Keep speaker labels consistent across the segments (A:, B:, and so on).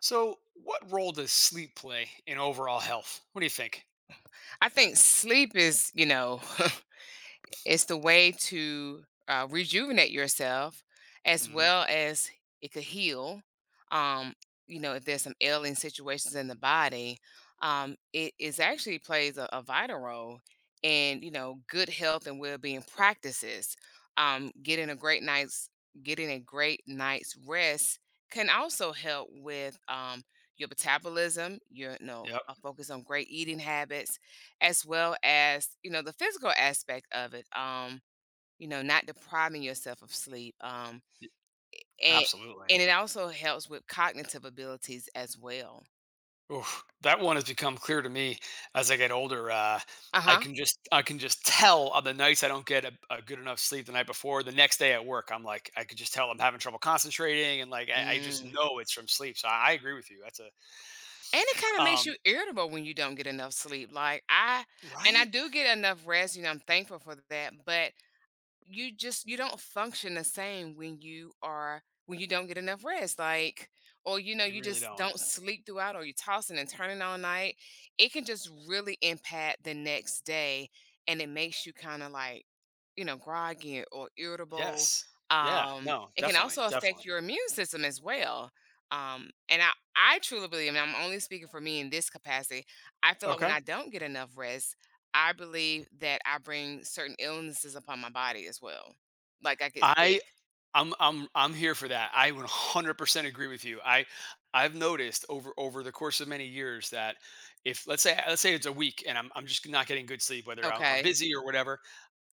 A: So, what role does sleep play in overall health? What do you think?
B: I think sleep is, you know, it's the way to rejuvenate yourself as
A: hmm
B: well as it could heal. Um, you know, if there's some ailing situations in the body, it is actually plays a vital role in, you know, good health and well-being practices. Um, getting a great night's getting a great night's rest can also help with your metabolism, your, you know,
A: Yep,
B: a focus on great eating habits as well as, you know, the physical aspect of it, you know, not depriving yourself of sleep.
A: y-
B: And
A: absolutely.
B: and it also helps with cognitive abilities as well.
A: Oof, that one has become clear to me as I get older. I
B: Uh-huh.
A: can just I can just tell on the nights I don't get a good enough sleep the night before. The next day at work, I'm like I could just tell I'm having trouble concentrating, and like I just
B: Mm.
A: know it's from sleep. So I agree with you. That's a
B: And it kinda makes
A: um
B: you irritable when you don't get enough sleep, like, I
A: right.
B: do get enough rest, you know, I'm thankful for that, but you just you don't function the same when you are when you don't get enough rest, like, or, you know,
A: You
B: you
A: really
B: just
A: don't.
B: don't sleep throughout, or you're tossing and turning all night. It can just really impact the next day, and it makes you kind of like, you know, groggy or irritable.
A: Yes. Yeah. No.
B: It can
A: Definitely.
B: also affect
A: Definitely.
B: your immune system as well. Um and i i truly believe, and I'm only speaking for me in this capacity, I feel like when
A: Okay.
B: I don't get enough rest, I believe that I bring certain illnesses upon my body as well. Like, I get
A: I.
B: sick.
A: I'm here for that. I 100% agree with you. I've noticed over the course of many years that if let's say it's a week and I'm just not getting good sleep, whether I'm
B: Okay.
A: busy or whatever,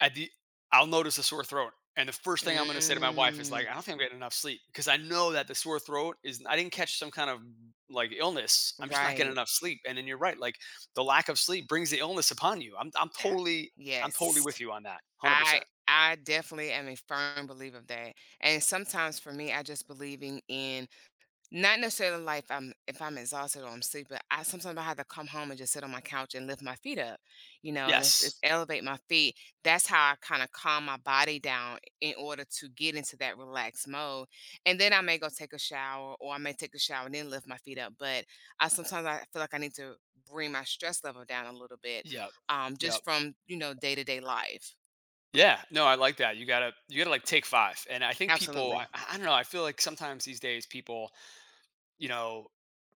A: at the I'll notice a sore throat, and the first thing I'm going to say to my wife is
B: Mm,
A: like, I don't think I'm getting enough sleep because I know that the sore throat is I didn't catch some kind of like illness. I'm just not getting
B: right.
A: enough sleep. And then you're right, like the lack of sleep brings the illness upon you. I'm
B: Yeah.
A: totally I'm totally
B: Yes.
A: with you on that.
B: I
A: 100%.
B: I definitely am a firm believer of that, and sometimes for me, I just believing in. Not necessarily like if I'm exhausted or I'm sleepy, but I sometimes I have to come home and just sit on my couch and lift my feet up, you know, and it's
A: Yes.
B: elevate my feet. That's how I kind of calm my body down in order to get into that relaxed mode. And then I may go take a shower, or I may take a shower and then lift my feet up. But I sometimes I feel like I need to bring my stress level down a little bit,
A: Yep. Yep.
B: just from, you know, day to day life.
A: Yeah, no, I like that. You gotta like take five. And I think people
B: Absolutely,
A: I don't know, I feel like sometimes these days people, you know,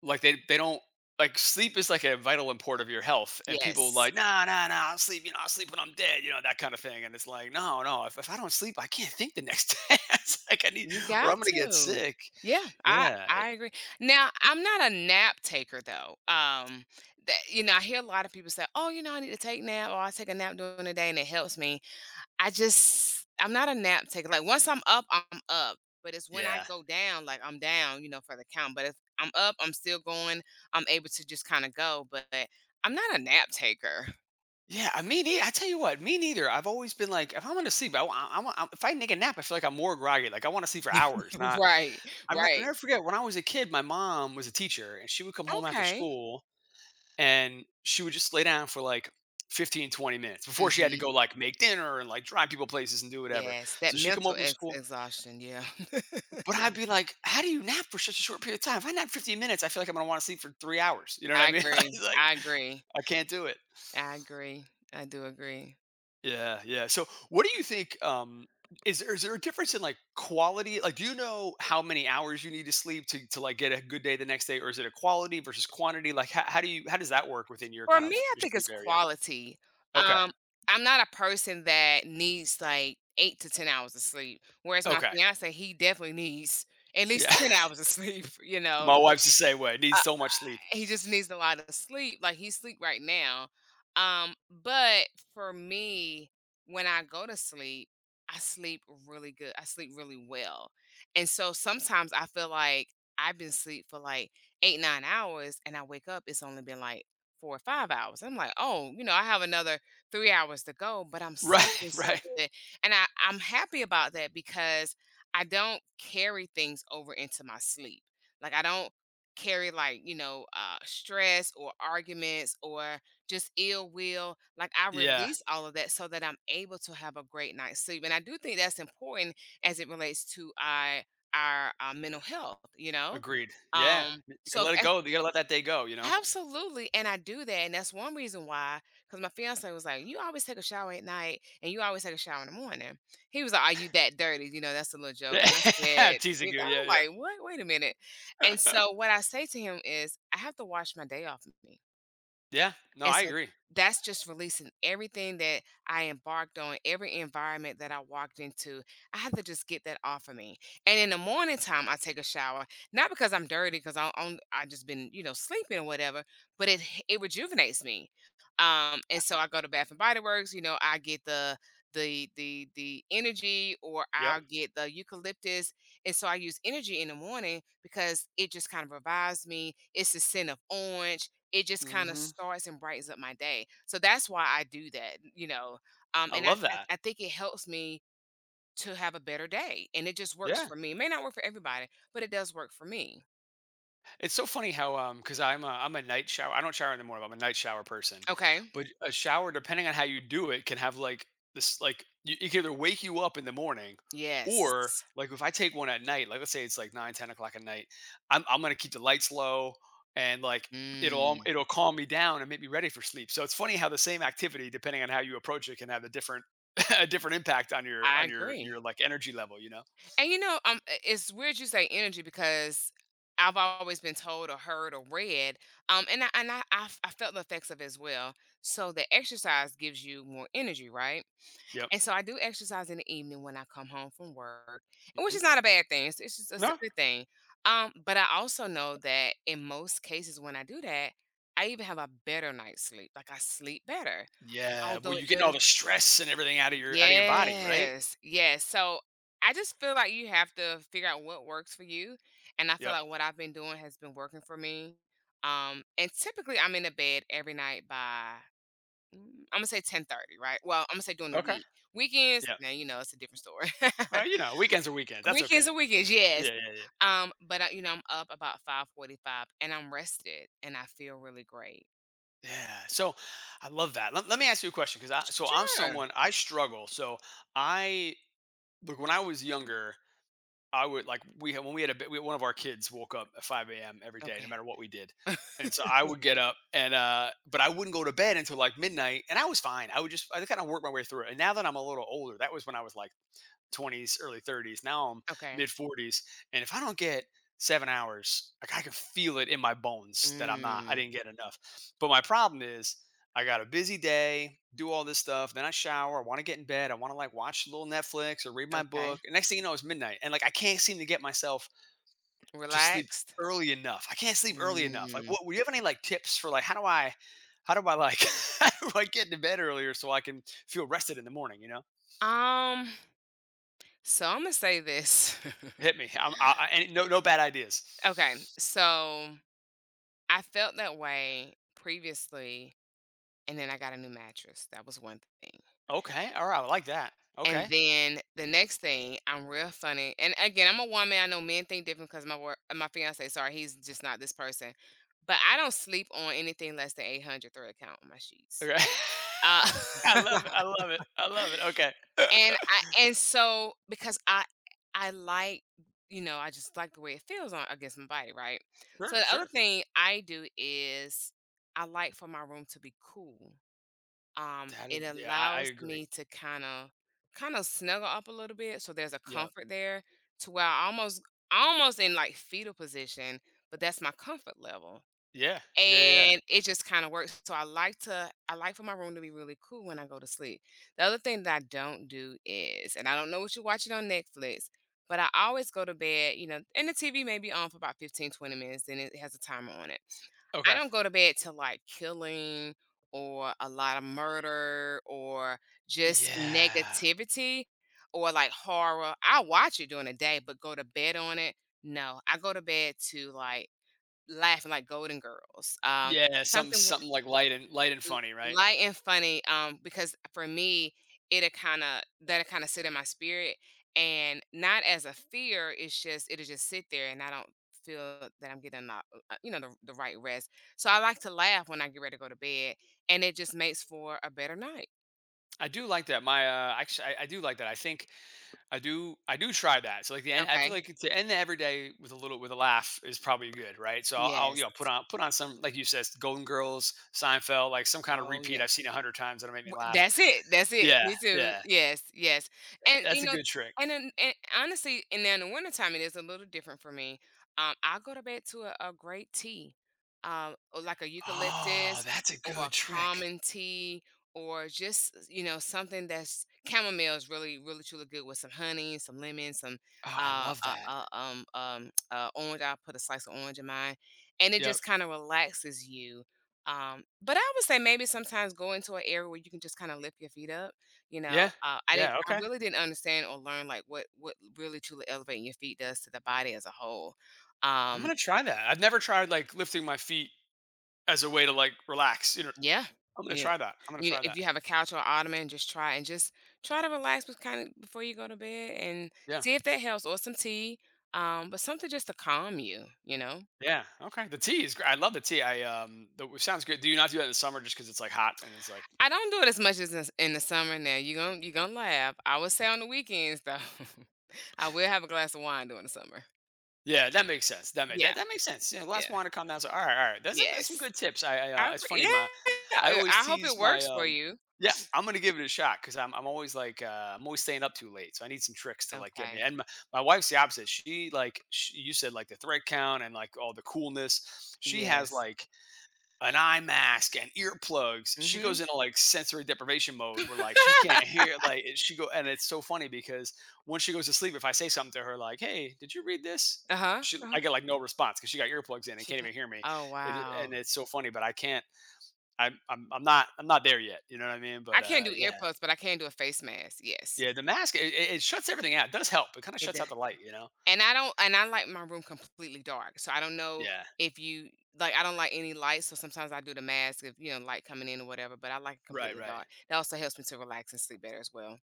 A: like they don't like sleep is like a vital import of your health. And people
B: yes.
A: like, nah, nah, nah, I'll sleep, you know, I'll sleep when I'm dead, you know, that kind of thing. And it's like, no, no, if I don't sleep, I can't think the next day. It's like I need
B: You
A: or
B: got
A: I'm gonna get
B: to.
A: sick.
B: Yeah,
A: Yeah,
B: I agree. Now, I'm not a nap taker though. That, you know, I hear a lot of people say, "Oh, you know, I need to take nap, or I take a nap during the day, and it helps me." I'm not a nap taker. Like once I'm up, I'm up. But it's when I
A: yeah.
B: go down, like I'm down, you know, for the count. But if I'm up, I'm still going. I'm able to just kind of go. But I'm not a nap taker.
A: Yeah, I mean, I tell you what, me neither. I've always been like, if I'm gonna sleep, I, wa- if I take a nap, I feel like I'm more groggy. Like I want to sleep for hours, not
B: Right.
A: I'll
B: Right.
A: never forget when I was a kid, my mom was a teacher and she would come home after
B: Okay.
A: school and she would just lay down for like 15, 20 minutes before she had to
B: hmm
A: go like make dinner and like drive people places and do whatever.
B: Yes, that
A: So she'd come
B: mental
A: home from school.
B: exhaustion. Yeah.
A: But I'd be like, how do you nap for such a short period of time? If I nap 15 minutes, I feel like I'm going to want to sleep for 3 hours. You know what I
B: I
A: mean?
B: agree,
A: It's like,
B: I agree,
A: I can't do it.
B: I agree, I do agree.
A: Yeah, yeah. So, what do you think? Is there a difference in like quality? Like, do you know how many hours you need to sleep to like get a good day the next day, or is it a quality versus quantity? Like, how do you how does that work within your
B: For
A: kind
B: me,
A: of
B: I
A: your
B: think
A: sleep
B: it's
A: area?
B: quality.
A: Okay,
B: Um, I'm not a person that needs, like, 8 to 10 hours of sleep, whereas my
A: okay,
B: fiancé, he definitely needs at least
A: yeah.
B: 10 hours of sleep, you know?
A: My wife's the same way. Needs so much sleep.
B: He just needs a lot of sleep. Like he's sleep right now. But for me, when I go to sleep, I sleep really good. I sleep really well. And so sometimes I feel like I've been asleep for like 8, 9 hours, and I wake up, it's only been like 4 or 5 hours. I'm like, oh, you know, I have another 3 hours to go, but I'm sleeping
A: Right,
B: so
A: right.
B: good. And I'm happy about that because I don't carry things over into my sleep. Like I don't carry like, you know, stress or arguments or just ill will, like I
A: Yeah,
B: release all of that so that I'm able to have a great night's sleep, and I do think that's important as it relates to I our mental health, you know.
A: agreed. Yeah, you
B: So
A: gotta let it
B: as
A: go. You gotta let that day go. You know.
B: Absolutely, and I do that, and that's one reason why. Because my fiancé was like, "You always take a shower at night, and you always take a shower in the morning." He was like, "Are you that dirty?" You know, that's a little joke, and I
A: Yeah,
B: said,
A: teasing
B: you
A: you.
B: know,
A: Yeah,
B: like, "What? Wait a minute." And
A: yeah,
B: so what I say to him is, "I have to wash my day off of me."
A: yeah. No,
B: And
A: I
B: so
A: agree.
B: that's just releasing everything that I embarked on, every environment that I walked into. I have to just get that off of me. And in the morning time, I take a shower, not because I'm dirty, because I just been, you know, sleeping or whatever, but it rejuvenates me. And so I go to Bath and Body Works. You know, I get the energy or
A: Yep.
B: I'll get the eucalyptus. And so I use energy in the morning because it just kind of revives me. It's the scent of orange, it just kinda
A: hmm
B: starts and brightens up my day. So that's why I do that, you know,
A: I
B: and
A: love that.
B: I think it helps me to have a better day, and it just works
A: Yeah.
B: for me. It may not work for everybody, but it does work for me.
A: It's so funny how because I'm a night shower. I don't shower in the morning. But I'm a night shower person,
B: Okay.
A: but a shower, depending on how you do it, can have like this like you, it can either wake you up in the morning, or
B: Yes.
A: like if I take one at night, like let's say it's like 9, 10 o'clock at night, I'm gonna keep the lights low and like it'll
B: Mm,
A: it'll calm me down and make me ready for sleep. So it's funny how the same activity, depending on how you approach it, can have a different a different impact on your
B: I
A: on your
B: agree.
A: your like energy level. You know.
B: And, you know, I it's weird you say energy because I've always been told or heard or read, and I I felt the effects of it as well. So the exercise gives you more energy, right?
A: Yep.
B: And so I do exercise in the evening when I come home from work, and which
A: hmm
B: is not a bad thing. It's a
A: No,
B: good thing. But I also know that in most cases when I do that, I even have a better night's sleep. Like I sleep better.
A: yeah, well,
B: Although it
A: you're getting all
B: does.
A: the stress and everything out of your body, right?
B: Yes. Yes. So I just feel like you have to figure out what works for you. And I feel
A: Yep.
B: like what I've been doing has been working for me. And typically I'm in the bed every night by, mm, Imma say 10:30, right? Well, Imma say during the
A: Okay.
B: week. Weekends,
A: Yeah.
B: now, you know, it's a different story.
A: Well, you know, weekends are weekends. That's
B: Weekends
A: okay.
B: are weekends, yes.
A: Yeah, yeah,
B: But, I, you know, I'm up about 5:45 and I'm rested and I feel really great.
A: yeah. Yeah. So, I love that. Let me ask you a question because I so I'm
B: Sure.
A: someone I struggle. So I look when I was younger, I would like we had when we had one of our kids woke up at 5 a.m. every day, no
B: Okay.
A: matter what we did. And so I would get up and but I wouldn't go to bed until like midnight and I was fine. I would just I kind of work my way through it. And now that I'm a little older, that was when I was like 20s, early 30s. Now I'm mid
B: Okay.
A: 40s, and if I don't get 7 hours, like I can feel it in my bones that I
B: Mm,
A: didn't get enough. But my problem is, I got a busy day, do all this stuff, then I shower, I want to get in bed, I want to like watch a little Netflix or read my
B: okay.
A: book. And next thing you know, it's midnight, and like I can't seem to get myself to sleep
B: Relaxed?
A: early enough. I can't sleep early enough. Like,
B: Mm.
A: what? Would you have any like tips for like how do I like, how do I get to bed earlier so I can feel rested in the morning? You know.
B: Um, so Imma say this.
A: Hit me. And no, no bad ideas.
B: Okay, so I felt that way previously, and then I got a new mattress. That was one thing.
A: Okay. All right. I like that.
B: And
A: Okay.
B: then the next thing, I'm real funny. And again, I'm a woman. I know men think different because my work, my fiance, sorry, he's just not this person. But I don't sleep on anything less than 800 thread count on my sheets.
A: Okay.
B: Uh,
A: I love it. I love it. I love it. Okay.
B: and I and so because I like, you know, I just like the way it feels on against my body, right? So
A: Sure.
B: the other
A: Sure.
B: thing I do is I like for my room to be cool. It
A: Yeah. I
B: allows
A: agree.
B: me to kinda snuggle up a little bit, so there's a
A: Yep.
B: comfort there to where I almost in, like, fetal position, but that's my comfort level.
A: Yeah. Yeah. Yeah. Yeah.
B: And it just kinda works, so I like for my room to be really cool when I go to sleep. The other thing that I don't do is, and I don't know what you're watching on Netflix, but I always go to bed, you know, and the TV may be on for about 15, 20 minutes, then it has a timer on it. I
A: Okay.
B: don't go to bed till, like, killing or a lot of murder or just
A: Yeah.
B: negativity or, like, horror. I watch it during the day, but go to bed on it? No, I go to bed to, like, laughing like Golden Girls.
A: Yeah. Something.
B: Something with
A: Something like light and light and
B: l-
A: funny, right?
B: light and funny. Because for me, it'll kind of that'll kind of sit in my spirit, and not as a fear. It's just it'll just sit there, and I don't feel that I'm getting the you know, the right rest. So I like to laugh when I get ready to go to bed, and it just makes for a better night.
A: I do like that. My. Actually, I do like that. I think I do try that. So like the end I feel
B: Okay.
A: like to end the every day with a little with a laugh is probably good, right? So I'll you
B: Yes.
A: know put on some like you said Golden Girls, Seinfeld, like some kind of
B: Oh
A: repeat
B: yeah.
A: I've seen a hundred times that'll make me
B: W
A: laugh.
B: That's it,
A: Yeah,
B: me too.
A: yeah.
B: Yes, yes, and, you
A: That's a
B: know,
A: good trick.
B: and then and honestly, and then in the wintertime, it is a little different for me. I go to bed to a great tea, or like a
A: Oh,
B: eucalyptus
A: that's a
B: or a
A: good trick.
B: common tea or just, you know, something that's chamomile is really, really, truly good with some honey, some lemon, some,
A: Oh, I love that.
B: orange, I put a slice of orange in mine, and it
A: Yep.
B: just kinda relaxes you. Um, but I would say maybe sometimes go into an area where you can just kind of lift your feet up. You know,
A: Yeah. Yeah.
B: I
A: Okay.
B: really didn't understand or learn, like, what really truly elevating your feet does to the body as a whole.
A: I'm
B: Um,
A: gonna try that. I've never tried like lifting my feet as a way to like relax. You know,
B: yeah,
A: I'm gonna
B: yeah.
A: try that. I'm gonna
B: You know,
A: try
B: if
A: that.
B: you have a couch or ottoman, just try and just try to relax with, kind of, before you go to bed and
A: Yeah.
B: see if that helps, or some tea. But something just to calm you, you know.
A: Yeah. Okay. The tea is great. I love the tea. It sounds good. Do you not do that in the summer just because it's like hot and it's like,
B: I don't do it as much as in the summer now. You gonna laugh. I would say on the weekends though, I will have a glass of wine during the summer.
A: yeah, that makes sense.
B: Yeah,
A: That makes sense. Yeah, last
B: yeah,
A: wine to come down. So all right, all right. That's some
B: yes.
A: good tips. I
B: I
A: it's
B: pr
A: funny.
B: yeah,
A: I
B: I
A: always
B: I hope it
A: tease my
B: works for you.
A: yeah, I'm gonna give it a shot because I'm always like I'm always staying up too late. So I need some tricks to like get me.
B: Okay.
A: My wife's the opposite. She like sh you said like the thread count and like all the coolness. She has
B: Yes.
A: like an eye mask and earplugs. She
B: Mhm.
A: goes into like sensory deprivation mode where like she can't hear like she go and it's so funny because when she goes to sleep, if I say something to her like, "Hey, did you read this?"
B: Uh-huh,
A: She
B: uh-huh.
A: I get like no response because she got earplugs in and
B: She
A: can't
B: got
A: even hear me.
B: Oh, wow.
A: And it's so funny, but I can't. I'm not there yet. You know what I mean?
B: I
A: But
B: can't do
A: yeah,
B: earplugs, but I can do a face mask, yes.
A: yeah. The mask it shuts everything out. It does help. It kind of
B: It
A: shuts
B: does
A: out the light. You know?
B: And I don't and I like my room completely dark. So I don't know
A: Yeah.
B: if you— like, I don't like any light, so sometimes I do the mask if, you know, light coming in or whatever, but I like it
A: Right.
B: completely
A: Right.
B: dark. That also helps me to relax and sleep better as well.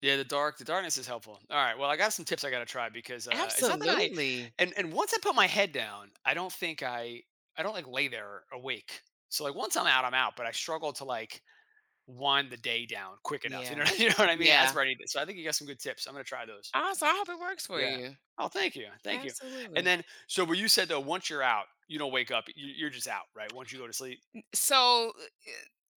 A: Yeah, the dark, the darkness is helpful. All right, well, I got some tips I got to try because it's not that
B: Absolutely.
A: and once I put my head down, I don't like lay there awake. So like once I'm out, I'm out. But I struggle to like wind the day down quick enough. You
B: Yeah.
A: know, you know what I mean?
B: Yeah.
A: That's where I need it. So I think you got some good tips. I'm gonna try those.
B: Awesome. I hope it works for
A: Yeah.
B: you.
A: Oh, thank you, thank you. And
B: Absolutely.
A: then, so where you said though, once you're out, you don't wake up. You're just out, right? Once you go to sleep.
B: So,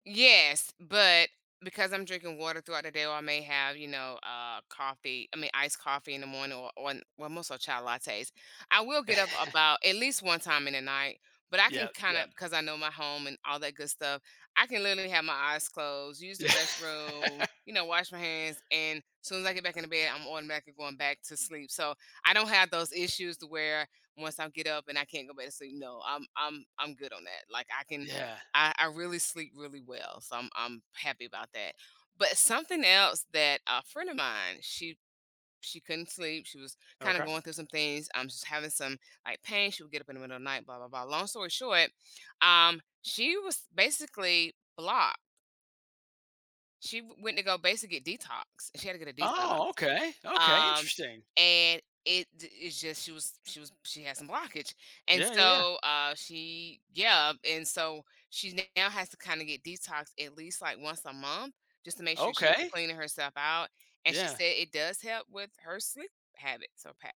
B: yes, but because I'm drinking water throughout the day, or I may have, you know, coffee, I mean, iced coffee in the morning, or, well, most are chai lattes. I will get up about at least one time in the night, but I can
A: yeah,
B: kind of,
A: yeah,
B: because I know my home and all that good stuff, I can literally have my eyes closed, use the
A: yeah,
B: restroom, you know, wash my hands. And as soon as I get back in the bed, I'm automatically going back to sleep. So I don't have those issues to where once I get up and I can't go back to sleep. No, I'm good on that. Like, I can—
A: yeah.
B: I really sleep really well, so I'm happy about that. But something else, that a friend of mine, she couldn't sleep. She was kind of
A: Okay.
B: going through some things. I'm just having some like pain. She would get up in the middle of the night, blah blah blah. Long story short, she was basically blocked. Went to go basically get detox. She had to get a detox,
A: Oh, okay. Okay,
B: um,
A: interesting.
B: and it's just she was, she had some blockage. And
A: Yeah, yeah, yeah.
B: so, she— yeah, and so now has to kinda get detoxed at least, like, once a month just to make sure she's
A: Okay.
B: cleaning herself out, and she
A: Yeah.
B: said it does help with her sleep habits or patterns.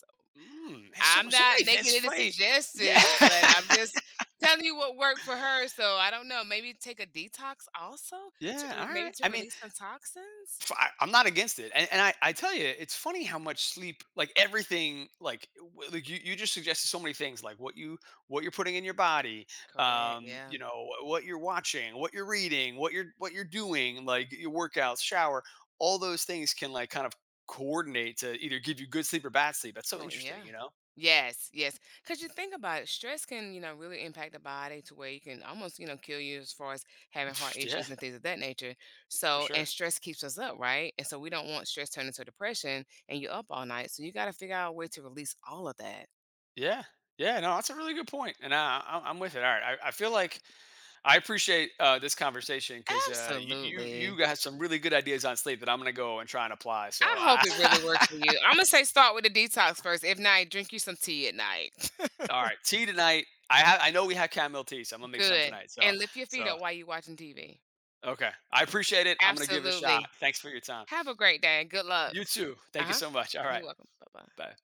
B: So
A: Mm, there's
B: I'm
A: so
B: not
A: many
B: making
A: that's
B: any
A: funny. Yeah.
B: suggestions, but I'm just telling you what worked for her. So I don't know, maybe take a detox also to
A: Yeah,
B: re—
A: all
B: maybe
A: right.
B: to
A: I mean,
B: release some toxins?
A: I am not against it. And I tell you, it's funny how much sleep, like everything, like, you just suggested so many things, like what you're putting in your body,
B: Correct, yeah.
A: you know, what you're watching, what you're reading, what you're doing, like your workouts, shower, all those things can like kind of coordinate to either give you good sleep or bad sleep. That's so
B: Correct. Yeah.
A: interesting, you know?
B: Yes, yes. Because, you think about it, stress can, you know, really impact the body to where you can almost, you know, kill you as far as having heart
A: Yeah,
B: issues and things of that nature.
A: for
B: So, and
A: sure.
B: stress keeps us up, right? And so we don't want stress turning to depression and you're up all night. So you got to figure out a way to release all of that.
A: Yeah, yeah. No, that's a really good point, and I'm with it. All right, I feel like I appreciate this conversation because you
B: Absolutely.
A: got some really good ideas on sleep that I'm gonna go and try and apply. So,
B: I hope
A: I,
B: it really works for you. I'm going to say start with the detox first. If not, drink you some tea at night.
A: all right, tea tonight. I know we have chamomile tea, so I'm gonna make some
B: Good.
A: tonight.
B: And lift your feet
A: So
B: up while you're watching TV.
A: okay, I appreciate it. I'm gonna give it a shot.
B: Absolutely.
A: Thanks for your time.
B: Have a great day. Good luck.
A: You too. Thank you
B: Uh-huh.
A: so much. All
B: You're
A: right,
B: welcome. Bye-bye.
A: bye.